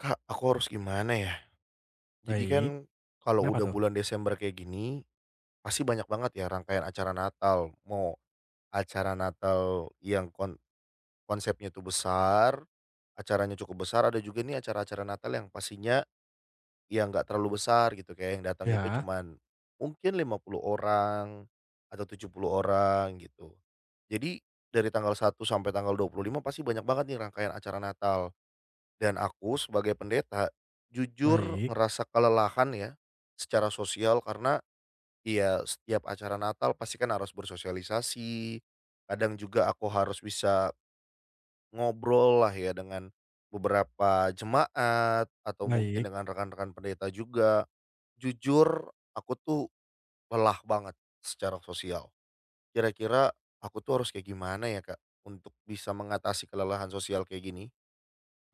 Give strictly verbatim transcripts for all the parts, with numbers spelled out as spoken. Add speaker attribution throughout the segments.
Speaker 1: Kak, aku harus gimana ya? Jadi kan
Speaker 2: Baik,
Speaker 1: kalau
Speaker 2: kenapa
Speaker 1: udah
Speaker 2: tuh?
Speaker 1: bulan Desember kayak gini, pasti banyak banget ya rangkaian acara Natal. Mau acara Natal yang kon- konsepnya tuh besar, acaranya cukup besar, ada juga nih acara-acara Natal yang pastinya yang nggak terlalu besar gitu kayak yang datang itu
Speaker 2: Ya,
Speaker 1: cuman mungkin lima puluh orang atau tujuh puluh orang gitu. Jadi dari tanggal satu sampai tanggal dua puluh lima pasti banyak banget nih rangkaian acara Natal. Dan aku sebagai pendeta, jujur
Speaker 2: baik,
Speaker 1: merasa kelelahan ya, secara sosial karena ya setiap acara Natal pasti kan harus bersosialisasi, kadang juga aku harus bisa ngobrol lah ya dengan beberapa jemaat atau mungkin
Speaker 2: baik,
Speaker 1: dengan rekan-rekan pendeta juga. Jujur aku tuh lelah banget secara sosial. Kira-kira aku tuh harus kayak gimana ya Kak, untuk bisa mengatasi kelelahan sosial kayak gini?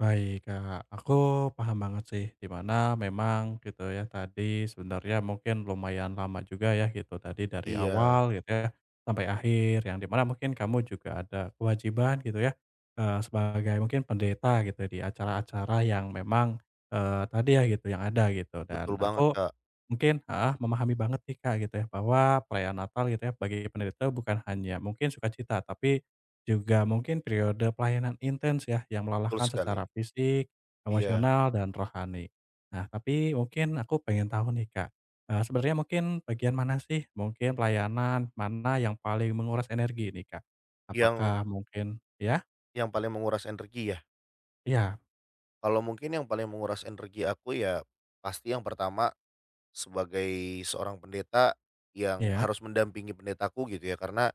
Speaker 2: baik, Kak, aku paham banget sih, di mana memang gitu ya tadi sebenarnya mungkin lumayan lama juga ya gitu tadi dari
Speaker 1: Iya,
Speaker 2: awal gitu ya, sampai akhir yang di mana mungkin kamu juga ada kewajiban gitu ya, eee, sebagai mungkin pendeta gitu di acara-acara yang memang, eee, tadi ya gitu yang ada gitu
Speaker 1: betul
Speaker 2: dan
Speaker 1: banget
Speaker 2: aku
Speaker 1: Kak,
Speaker 2: mungkin ah memahami banget nih, Kak, gitu ya, bahwa perayaan Natal gitu ya, bagi penderita bukan hanya mungkin sukacita, tapi juga mungkin periode pelayanan intens ya, yang
Speaker 1: betul
Speaker 2: melelahkan
Speaker 1: sekali.
Speaker 2: secara fisik,
Speaker 1: Iya,
Speaker 2: emosional, dan rohani. Nah, tapi mungkin aku pengen tahu nih, Kak, eee, sebenarnya mungkin bagian mana sih, mungkin pelayanan mana yang paling menguras energi nih, Kak?
Speaker 1: yang
Speaker 2: Apakah mungkin ya?
Speaker 1: yang paling menguras energi ya?
Speaker 2: Iya,
Speaker 1: Kalau mungkin yang paling menguras energi aku ya, pasti yang pertama sebagai seorang pendeta yang
Speaker 2: iya,
Speaker 1: harus mendampingi pendetaku gitu ya, karena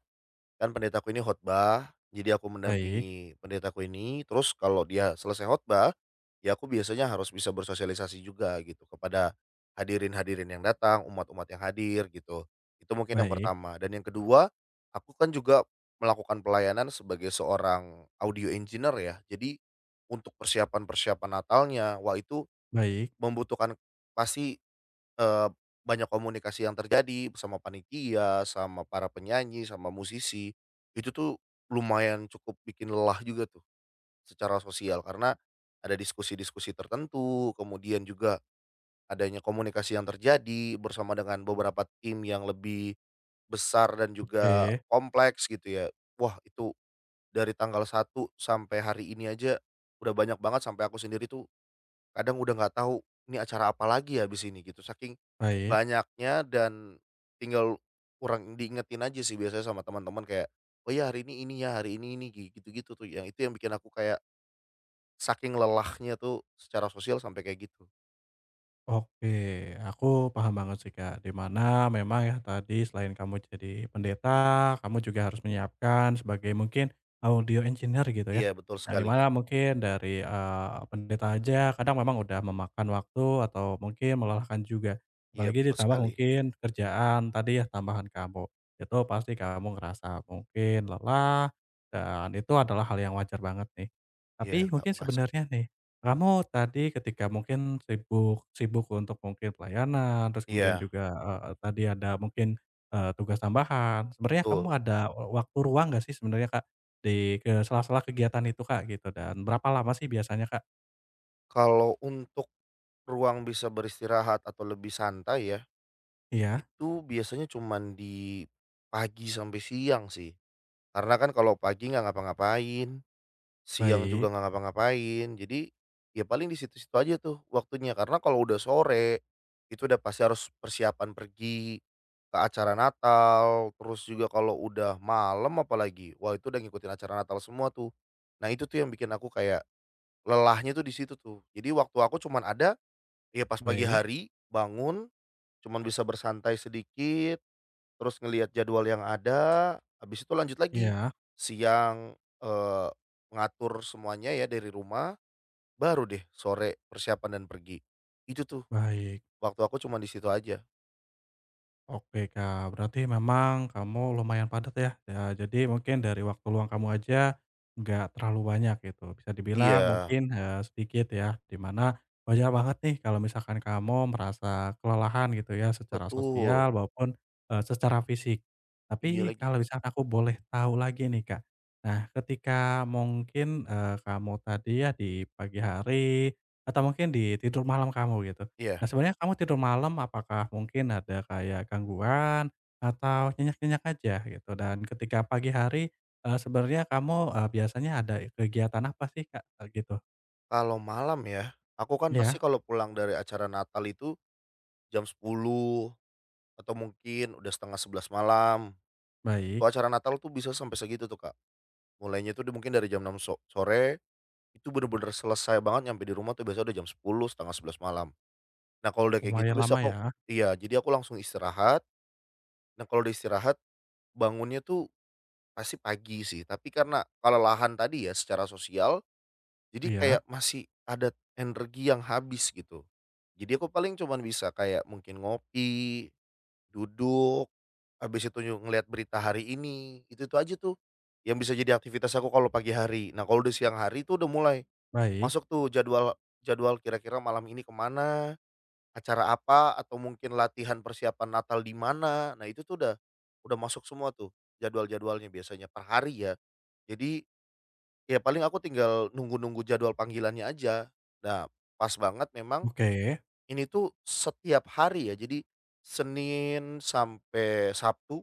Speaker 1: kan pendetaku ini khotbah, jadi aku
Speaker 2: baik,
Speaker 1: mendampingi pendetaku ini, terus kalau dia selesai khotbah, ya aku biasanya harus bisa bersosialisasi juga gitu kepada hadirin-hadirin yang datang, umat-umat yang hadir gitu. Itu mungkin yang
Speaker 2: baik,
Speaker 1: pertama dan yang kedua, aku kan juga melakukan pelayanan sebagai seorang audio engineer ya. Jadi untuk persiapan-persiapan Natalnya, wah itu
Speaker 2: baik,
Speaker 1: membutuhkan pasti Eee, banyak komunikasi yang terjadi sama panitia, sama para penyanyi, sama musisi, itu tuh lumayan cukup bikin lelah juga tuh secara sosial karena ada diskusi-diskusi tertentu, kemudian juga adanya komunikasi yang terjadi bersama dengan beberapa tim yang lebih besar dan juga
Speaker 2: oke,
Speaker 1: kompleks gitu ya. Wah itu dari tanggal satu sampai hari ini aja udah banyak banget sampai aku sendiri tuh kadang udah nggak tahu, ini acara apa lagi ya habis ini gitu, saking
Speaker 2: baik.
Speaker 1: banyaknya dan tinggal kurang diingetin aja sih biasanya sama teman-teman kayak, "Oh ya hari ini ini ya, hari ini ini," gitu-gitu tuh, yang itu yang bikin aku kayak saking lelahnya tuh secara sosial sampai kayak gitu.
Speaker 2: Oke, aku paham banget sih Kak, di mana memang ya tadi selain kamu jadi pendeta, kamu juga harus menyiapkan sebagai mungkin audio engineer gitu ya.
Speaker 1: Iya betul
Speaker 2: Yang di
Speaker 1: sekali,
Speaker 2: mana
Speaker 1: Kak.
Speaker 2: mungkin dari, eee, pendeta aja kadang memang udah memakan waktu atau mungkin melelahkan juga.
Speaker 1: Iya
Speaker 2: Apalagi
Speaker 1: betul
Speaker 2: ditambah
Speaker 1: sekali.
Speaker 2: mungkin kerjaan tadi ya tambahan kamu, itu pasti kamu ngerasa mungkin lelah dan itu adalah hal yang wajar banget nih.
Speaker 1: Iya,
Speaker 2: Tapi
Speaker 1: Kak,
Speaker 2: mungkin
Speaker 1: makasih.
Speaker 2: sebenarnya nih, kamu tadi ketika mungkin sibuk sibuk untuk mungkin pelayanan, terus kemudian
Speaker 1: Iya,
Speaker 2: juga, eee, tadi ada mungkin, eee, tugas tambahan. Sebenarnya kamu
Speaker 1: betul.
Speaker 2: ada waktu ruang nggak sih sebenarnya, Kak, di ke sela-sela kegiatan itu, Kak, gitu? Dan berapa lama sih biasanya, Kak?
Speaker 1: Kalau untuk ruang bisa beristirahat atau lebih santai ya,
Speaker 2: Iya,
Speaker 1: itu biasanya cuman di pagi sampai siang sih. Karena kan kalau pagi nggak ngapa-ngapain, siang
Speaker 2: baik,
Speaker 1: juga nggak ngapa-ngapain, jadi ya paling di situ-situ aja tuh waktunya. Karena kalau udah sore, itu udah pasti harus persiapan pergi ke acara Natal, terus juga kalau udah malam apalagi, wah itu udah ngikutin acara Natal semua tuh. Nah itu tuh yang bikin aku kayak lelahnya tuh di situ tuh. Jadi waktu aku cuman ada, ya pas pagi
Speaker 2: baik.
Speaker 1: hari bangun, cuman bisa bersantai sedikit, terus ngelihat jadwal yang ada, habis itu lanjut lagi.
Speaker 2: Iya,
Speaker 1: Siang, eee, ngatur semuanya ya dari rumah, baru deh sore persiapan dan pergi. Itu tuh
Speaker 2: baik.
Speaker 1: waktu aku cuma di situ aja.
Speaker 2: Oke Kak, berarti memang kamu lumayan padat ya? Ya jadi mungkin dari waktu luang kamu aja nggak terlalu banyak gitu, bisa dibilang
Speaker 1: Iya,
Speaker 2: mungkin, eee, sedikit ya, Dimana wajar banget nih kalau misalkan kamu merasa kelelahan gitu ya secara
Speaker 1: betul.
Speaker 2: sosial maupun, eee, secara fisik.
Speaker 1: Iya
Speaker 2: Tapi
Speaker 1: lagi.
Speaker 2: kalau misalkan aku boleh tahu lagi nih Kak, nah ketika mungkin, eee, kamu tadi ya di pagi hari atau mungkin di tidur malam kamu gitu, nah,
Speaker 1: Iya.
Speaker 2: sebenarnya kamu tidur malam apakah mungkin ada kayak gangguan atau nyenyak-nyenyak aja gitu? Dan ketika pagi hari, eee, sebenarnya kamu, eee, biasanya ada kegiatan apa sih, Kak, eee, gitu?
Speaker 1: Kalau malam ya, aku kan pasti
Speaker 2: Iya,
Speaker 1: kalau pulang dari acara Natal itu jam sepuluh atau mungkin udah setengah sebelas malam.
Speaker 2: baik.
Speaker 1: Kalau acara Natal tuh bisa sampai segitu tuh, Kak. Mulainya tuh di- mungkin dari jam enam so sore. Itu bener-bener selesai banget nyampe di rumah tuh biasanya udah jam sepuluh setengah sebelas malam. Nah kalau udah kayak gitu
Speaker 2: Lumayan
Speaker 1: biasa
Speaker 2: lama
Speaker 1: aku
Speaker 2: ya.
Speaker 1: iya, jadi aku langsung istirahat. Nah kalau udah istirahat, bangunnya tuh pasti pagi sih, tapi karena kelelahan tadi ya secara sosial, jadi
Speaker 2: Iya,
Speaker 1: kayak masih ada energi yang habis gitu. Jadi aku paling cuman bisa kayak mungkin ngopi, duduk, habis itu nyu ngelihat berita hari ini, itu-itu aja tuh yang bisa jadi aktivitas aku kalau pagi hari. Nah kalau udah siang hari tuh udah mulai
Speaker 2: baik.
Speaker 1: masuk tuh jadwal jadwal kira-kira malam ini kemana acara apa, atau mungkin latihan persiapan Natal di mana. Nah itu tuh udah udah masuk semua tuh jadwal-jadwalnya biasanya per hari ya. Jadi ya paling aku tinggal nunggu-nunggu jadwal panggilannya aja. Nah pas banget memang
Speaker 2: Oke,
Speaker 1: ini tuh setiap hari ya. Jadi Senin sampai Sabtu,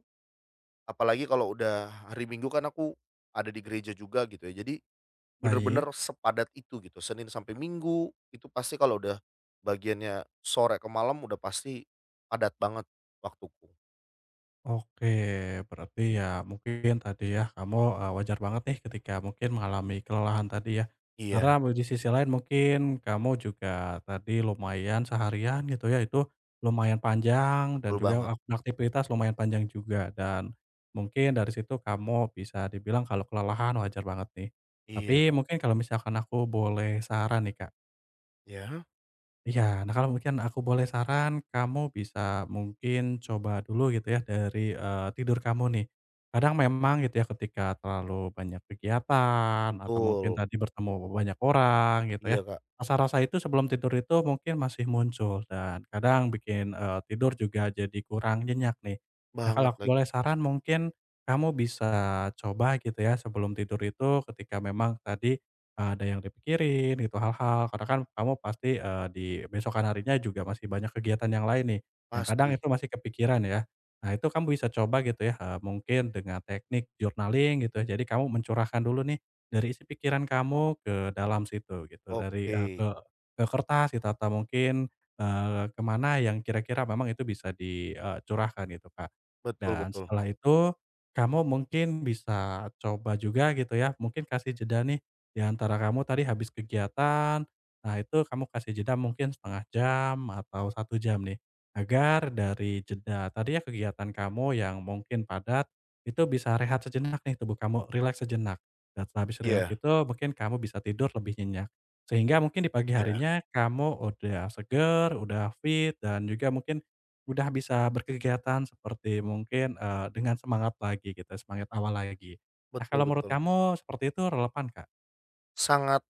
Speaker 1: apalagi kalau udah hari Minggu kan aku ada di gereja juga gitu ya. Jadi bener-bener
Speaker 2: baik.
Speaker 1: sepadat itu gitu, Senin sampai Minggu, itu pasti kalau udah bagiannya sore ke malam udah pasti padat banget waktuku.
Speaker 2: Oke, berarti ya mungkin tadi ya kamu, eee, wajar banget nih ketika mungkin mengalami kelelahan tadi ya.
Speaker 1: Iya,
Speaker 2: Karena me di sisi lain mungkin kamu juga tadi lumayan seharian gitu ya, itu lumayan panjang dan
Speaker 1: betul
Speaker 2: juga
Speaker 1: banget.
Speaker 2: ak aktivitas lumayan panjang juga dan mungkin dari situ kamu bisa dibilang kalau kelelahan wajar banget nih. Tapi
Speaker 1: Iya, Kak.
Speaker 2: mungkin kalau misalkan aku boleh saran nih, Kak.
Speaker 1: Ya
Speaker 2: Iya, nah kalau mungkin aku boleh saran, kamu bisa mungkin coba dulu gitu ya dari eee, tidur kamu nih. Kadang memang gitu ya ketika terlalu banyak kegiatan atau mungkin
Speaker 1: betul.
Speaker 2: tadi bertemu banyak orang gitu ya,
Speaker 1: Iya, Kak,
Speaker 2: rasa-rasa itu sebelum tidur itu mungkin masih muncul dan kadang bikin, eee, tidur juga jadi kurang nyenyak nih. Nah
Speaker 1: banget
Speaker 2: kalau aku
Speaker 1: lagi,
Speaker 2: boleh saran mungkin kamu bisa coba gitu ya sebelum tidur itu ketika memang tadi ada yang dipikirin gitu hal-hal karena kan kamu pasti, eee, di besokan harinya juga masih banyak kegiatan yang lain nih, yang
Speaker 1: pasti.
Speaker 2: kadang itu masih kepikiran ya. Nah itu kamu bisa coba gitu ya, eee, mungkin dengan teknik journaling gitu ya, jadi kamu mencurahkan dulu nih dari isi pikiran kamu ke dalam situ gitu, dari,
Speaker 1: Oke,
Speaker 2: eee, ke ke kertas gitu atau mungkin, eee, ke yang kira-kira memang itu bisa dicurahkan gitu, Kak.
Speaker 1: betul
Speaker 2: Dan
Speaker 1: betul.
Speaker 2: setelah itu kamu mungkin bisa coba juga gitu ya, mungkin kasih jeda nih di antara kamu tadi habis kegiatan, nah itu kamu kasih jeda mungkin setengah jam atau satu jam nih, agar dari jeda tadi ya kegiatan kamu yang mungkin padat, itu bisa rehat sejenak nih tubuh kamu, relax sejenak. Dan setelah habis rileks
Speaker 1: Iya,
Speaker 2: itu mungkin kamu bisa tidur lebih nyenyak. Sehingga mungkin di pagi
Speaker 1: iya,
Speaker 2: harinya kamu udah seger, udah fit, dan juga mungkin udah bisa berkegiatan seperti mungkin, eee, dengan semangat lagi gitu, semangat awal lagi. Nah
Speaker 1: betul
Speaker 2: kalau menurut
Speaker 1: betul.
Speaker 2: kamu seperti itu relevan, Kak?
Speaker 1: Sangat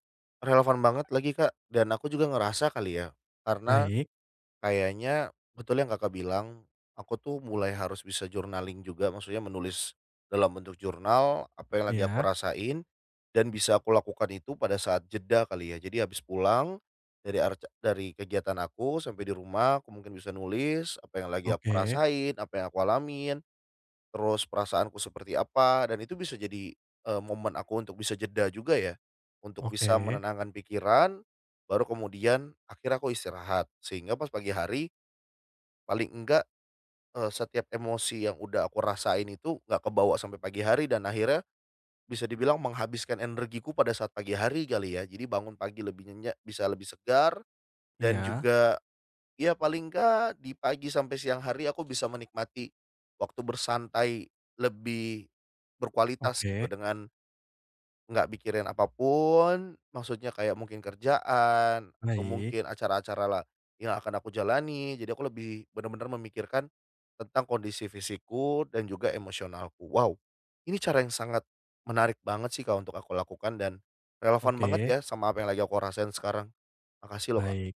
Speaker 1: relevan banget lagi, Kak, dan aku juga ngerasa kali ya, karena
Speaker 2: Baik,
Speaker 1: kayaknya betul yang Kakak bilang, aku tuh mulai harus bisa journaling juga, maksudnya menulis dalam bentuk jurnal apa yang lagi aku
Speaker 2: iya,
Speaker 1: rasain dan bisa aku lakukan itu pada saat jeda kali ya. Jadi habis pulang dari arca dari kegiatan aku sampai di rumah, aku mungkin bisa nulis apa yang lagi aku
Speaker 2: oke,
Speaker 1: rasain, apa yang aku alamin, terus perasaanku seperti apa dan itu bisa jadi, eee, momen aku untuk bisa jeda juga ya, untuk bisa
Speaker 2: oke,
Speaker 1: menenangkan pikiran, baru kemudian akhirnya aku istirahat. Sehingga pas pagi hari paling enggak, eee, setiap emosi yang udah aku rasain itu nggak kebawa sampai pagi hari dan akhirnya bisa dibilang menghabiskan energiku pada saat pagi hari kali ya. Jadi bangun pagi lebih nyenyak bisa lebih segar dan
Speaker 2: iya,
Speaker 1: juga ya paling enggak di pagi sampai siang hari aku bisa menikmati waktu bersantai lebih berkualitas gitu
Speaker 2: oke,
Speaker 1: dengan nggak mikirin apapun, maksudnya kayak mungkin kerjaan atau
Speaker 2: baik,
Speaker 1: mungkin acara-acara lah yang akan aku jalani, jadi aku lebih benar-benar memikirkan tentang kondisi fisikku dan juga emosionalku. Wow, ini cara yang sangat menarik banget sih, Kak, untuk aku lakukan dan relevan
Speaker 2: oke,
Speaker 1: banget ya sama apa yang lagi aku rasain sekarang. Makasih loh, Kak.
Speaker 2: baik.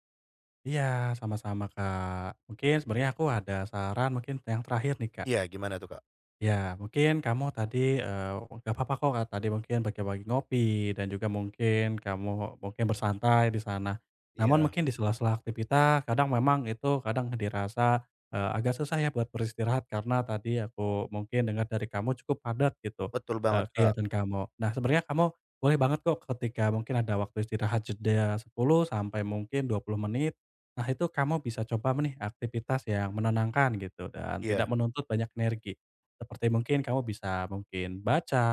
Speaker 2: Iya, sama-sama, Kak. Mungkin sebenarnya aku ada saran mungkin yang terakhir nih, Kak.
Speaker 1: Iya, gimana tuh, Kak?
Speaker 2: Ya, mungkin kamu tadi, eee, nggak apa-apa kok, Kak, tadi mungkin bagi-bagi ngopi dan juga mungkin kamu mungkin bersantai di sana. Namun
Speaker 1: Iya,
Speaker 2: mungkin di sela-sela aktivitas kadang memang itu kadang dirasa, eee, agak susah ya buat beristirahat karena tadi aku mungkin dengar dari kamu cukup padat gitu,
Speaker 1: betul
Speaker 2: eee,
Speaker 1: banget, Kak.
Speaker 2: kegiatan kamu. Nah, sebenarnya kamu boleh banget kok ketika mungkin ada waktu istirahat jeda sepuluh sampai mungkin dua puluh menit. Nah, itu kamu bisa coba nih aktivitas yang menenangkan gitu dan tidak
Speaker 1: Iya,
Speaker 2: menuntut banyak energi. Seperti mungkin kamu bisa mungkin baca,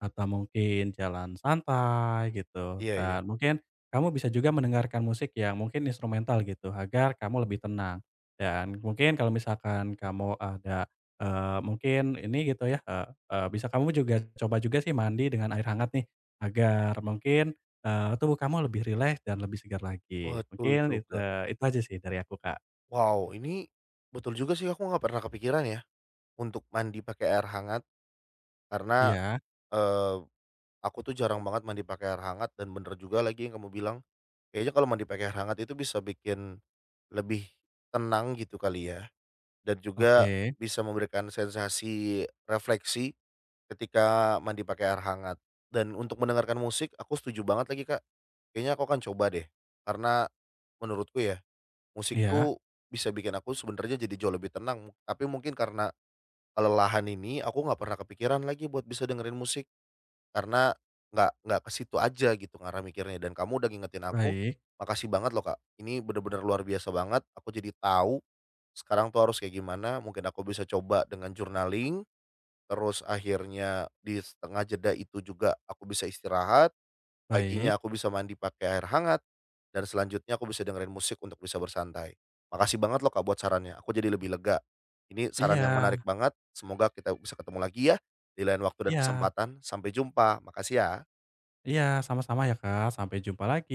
Speaker 2: atau mungkin jalan santai gitu,
Speaker 1: iya
Speaker 2: dan
Speaker 1: iya,
Speaker 2: mungkin kamu bisa juga mendengarkan musik yang mungkin instrumental gitu, agar kamu lebih tenang. Dan mungkin kalau misalkan kamu ada, eee, mungkin ini gitu ya, eee eee, bisa kamu juga coba juga sih mandi dengan air hangat nih, agar mungkin, eee, tubuh kamu lebih rileks dan lebih segar lagi.
Speaker 1: betul
Speaker 2: Mungkin it
Speaker 1: juga.
Speaker 2: itu aja sih dari aku, Kak.
Speaker 1: Wow, ini betul juga sih, aku nggak pernah kepikiran ya untuk mandi pakai air hangat. Karena,
Speaker 2: Iya,
Speaker 1: eee, aku tuh jarang banget mandi pakai air hangat dan bener juga lagi yang kamu bilang, kayaknya kalau mandi pakai air hangat itu bisa bikin lebih tenang gitu kali ya, dan juga
Speaker 2: oke,
Speaker 1: bisa memberikan sensasi refleksi ketika mandi pakai air hangat. Dan untuk mendengarkan musik aku setuju banget lagi, Kak. Kayaknya aku akan coba deh, karena menurutku ya, musik
Speaker 2: iya,
Speaker 1: tuh bisa bikin aku sebenarnya jadi jauh lebih tenang, tapi mungkin karena kelelahan ini aku nggak pernah kepikiran lagi buat bisa dengerin musik. Karena nggak nggak ke situ aja gitu ngarah mikirnya dan kamu udah ngingetin aku,
Speaker 2: baik,
Speaker 1: makasih banget loh Kak, ini bener-bener luar biasa banget, aku jadi tahu sekarang tuh harus kayak gimana, mungkin aku bisa coba dengan journaling, terus akhirnya di setengah jeda itu juga aku bisa istirahat.
Speaker 2: baik.
Speaker 1: Paginya aku bisa mandi pakai air hangat, dan selanjutnya aku bisa dengerin musik untuk bisa bersantai. Makasih banget loh Kak buat sarannya, aku jadi lebih lega. Ini
Speaker 2: Iya,
Speaker 1: saran yang menarik banget, semoga kita bisa ketemu lagi ya, di lain waktu dan
Speaker 2: iya,
Speaker 1: kesempatan. Sampai jumpa, makasih ya.
Speaker 2: iya, sama-sama ya Kak, sampai jumpa lagi.